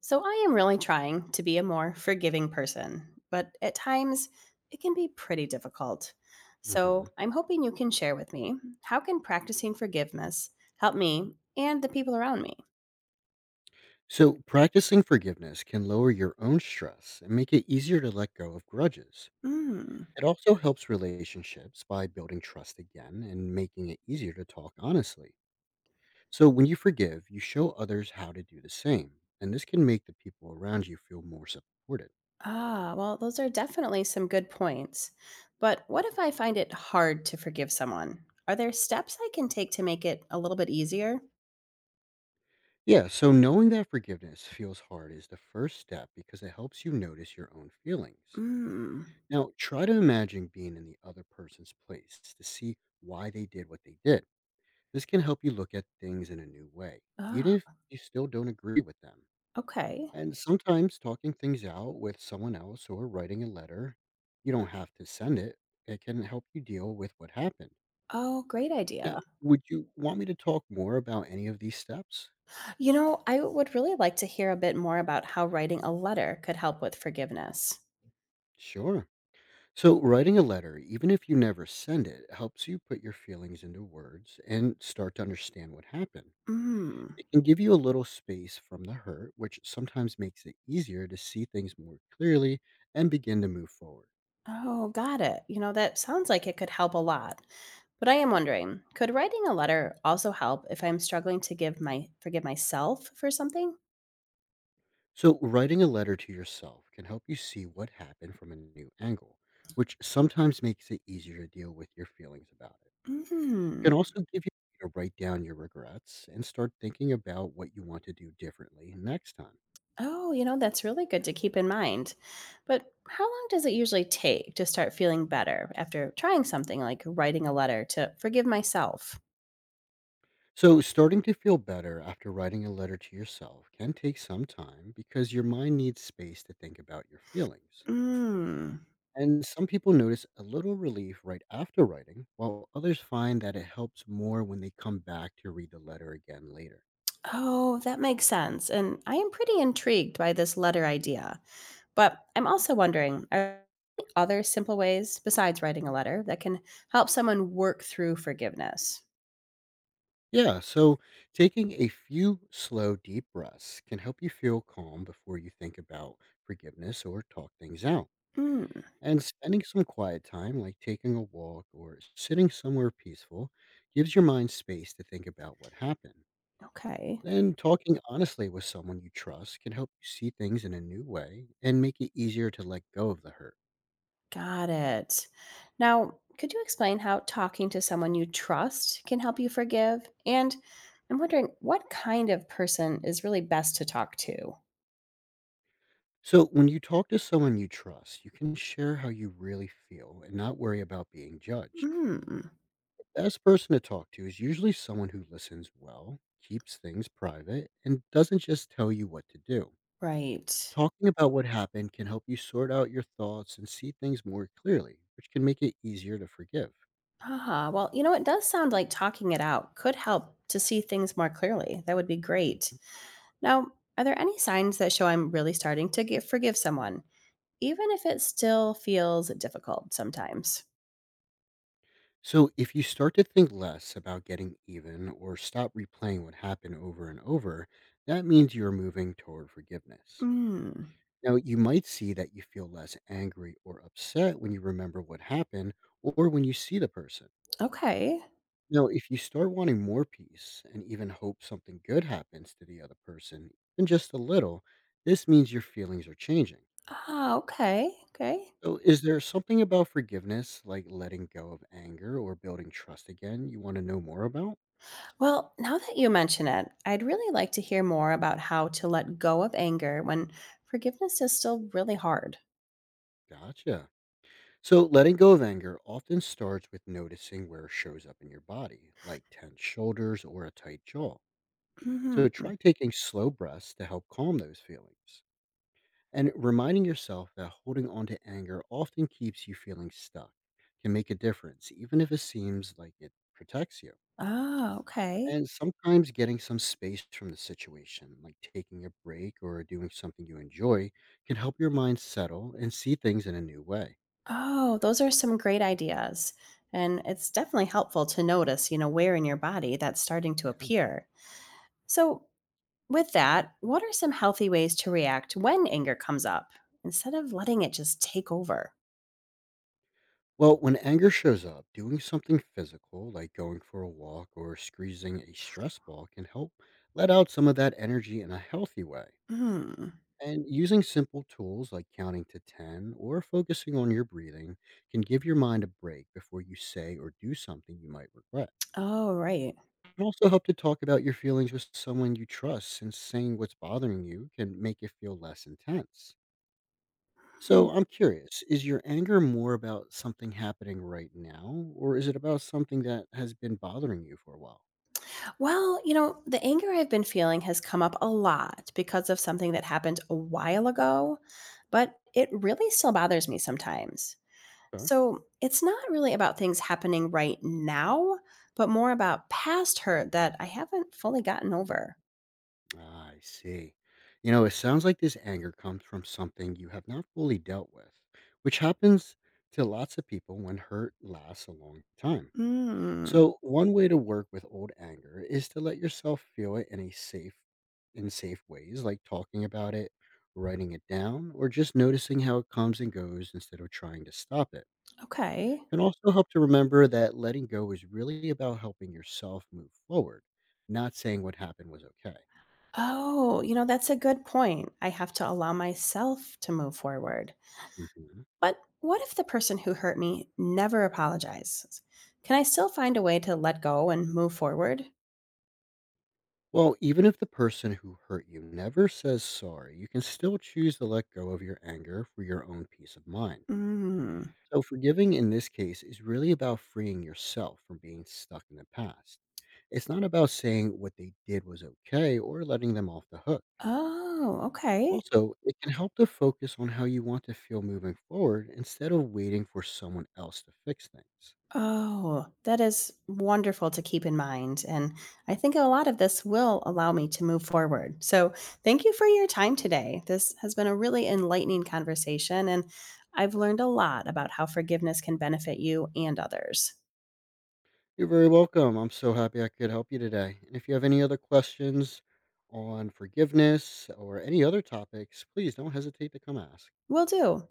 So I am really trying to be a more forgiving person, but at times it can be pretty difficult. So Mhm. I'm hoping you can share with me how can practicing forgiveness help me and the people around me? So, practicing forgiveness can lower your own stress and make it easier to let go of grudges. Mm. It also helps relationships by building trust again and making it easier to talk honestly. So, when you forgive, you show others how to do the same, and this can make the people around you feel more supported. Ah, well, those are definitely some good points. But what if I find it hard to forgive someone? Are there steps I can take to make it a little bit easier? Yeah, so knowing that forgiveness feels hard is the first step because it helps you notice your own feelings. Mm. Now, try to imagine being in the other person's place to see why they did what they did. This can help you look at things in a new way, even if Ah, you still don't agree with them. okay. And sometimes talking things out with someone else or writing a letter, you don't have to send it, it can help you deal with what happened. Oh, great Now, idea. would you want me to talk more about any of these steps? I would really like to hear a bit more about how writing a letter could help with forgiveness. Sure. So, writing a letter, even if you never send it, helps you put your feelings into words and start to understand what happened. Mm. It can give you a little space from the hurt, which sometimes makes it easier to see things more clearly and begin to move forward. Oh, got it. That sounds like it could help a lot. But I am wondering, could writing a letter also help if I'm struggling to give my forgive myself for something? So, writing a letter to yourself can help you see what happened from a new angle, which sometimes makes it easier to deal with your feelings about it. It Mm. can also give you to write down your regrets and start thinking about what you want to do differently next time. Oh, that's really good to keep in mind. But how long does it usually take to start feeling better after trying something like writing a letter to forgive myself? So, starting to feel better after writing a letter to yourself can take some time because your mind needs space to think about your feelings. Mm. And some people notice a little relief right after writing, while others find that it helps more when they come back to read the letter again later. Oh, that makes sense. And I am pretty intrigued by this letter idea. But I'm also wondering, are there any other simple ways besides writing a letter that can help someone work through forgiveness? Yeah, so taking a few slow, deep breaths can help you feel calm before you think about forgiveness or talk things out. Hmm. And spending some quiet time, like taking a walk or sitting somewhere peaceful, gives your mind space to think about what happened. Okay. Then, talking honestly with someone you trust can help you see things in a new way and make it easier to let go of the hurt. Got it. Now, could you explain how talking to someone you trust can help you forgive? And I'm wondering, what kind of person is really best to talk to? So, when you talk to someone you trust, you can share how you really feel and not worry about being judged. Hmm. The best person to talk to is usually someone who listens well, keeps things private, and doesn't just tell you what to do. Right. Talking about what happened can help you sort out your thoughts and see things more clearly, which can make it easier to forgive. Ah, well, it does sound like talking it out could help to see things more clearly. That would be great. Now, are there any signs that show I'm really starting to forgive someone, even if it still feels difficult sometimes? So, if you start to think less about getting even or stop replaying what happened over and over, that means you're moving toward forgiveness. Mm, Now, you might see that you feel less angry or upset when you remember what happened or when you see the person. okay. Now, if you start wanting more peace and even hope something good happens to the other person, even just a little, this means your feelings are changing. Ah, okay. Okay. So, is there something about forgiveness, like letting go of anger or building trust again, you want to know more about? Well, now that you mention it, I'd really like to hear more about how to let go of anger when forgiveness is still really hard. Gotcha. So, letting go of anger often starts with noticing where it shows up in your body, like tense shoulders or a tight jaw. So, Mm-hmm. try taking slow breaths to help calm those feelings. And reminding yourself that holding on to anger often keeps you feeling stuck can make a difference, even if it seems like it protects you. Ah, okay. And sometimes getting some space from the situation, like taking a break or doing something you enjoy, can help your mind settle and see things in a new way. Oh, those are some great ideas. And it's definitely helpful to notice, where in your body that's starting to appear. So, with that, what are some healthy ways to react when anger comes up instead of letting it just take over? Well, when anger shows up, doing something physical, like going for a walk or squeezing a stress ball, can help let out some of that energy in a healthy way. Hmm. And using simple tools like counting to 10 or focusing on your breathing can give your mind a break before you say or do something you might regret. Oh, right. It can also help to talk about your feelings with someone you trust, since saying what's bothering you can make it feel less intense. Hmm. So I'm curious, is your anger more about something happening right now, or is it about something that has been bothering you for a while? Well, the anger I've been feeling has come up a lot because of something that happened a while ago, but it really still bothers me sometimes. Okay. So it's not really about things happening right now, but more about past hurt that I haven't fully gotten over. Ah, I see. You know, it sounds like this anger comes from something you have not fully dealt with, which happens to lots of people when hurt lasts a long time. Mm, So one way to work with old anger is to let yourself feel it in a safe in safe ways, like talking about it, writing it down, or just noticing how it comes and goes instead of trying to stop it. okay. Can also help to remember that letting go is really about helping yourself move forward, not saying what happened was okay. Oh, that's a good point. I have to allow myself to move forward. Mhm. But what if the person who hurt me never apologizes? Can I still find a way to let go and move forward? Well, even if the person who hurt you never says sorry, you can still choose to let go of your anger for your own peace of mind. Mm. So, forgiving in this case is really about freeing yourself from being stuck in the past. It's not about saying what they did was okay or letting them off the hook. Oh, okay. Also, it can help to focus on how you want to feel moving forward instead of waiting for someone else to fix things. Oh, that is wonderful to keep in mind. And I think a lot of this will allow me to move forward. So, thank you for your time today. This has been a really enlightening conversation, and I've learned a lot about how forgiveness can benefit you and others. You're very welcome. I'm so happy I could help you today. And if you have any other questions on forgiveness or any other topics, please don't hesitate to come ask. Will do.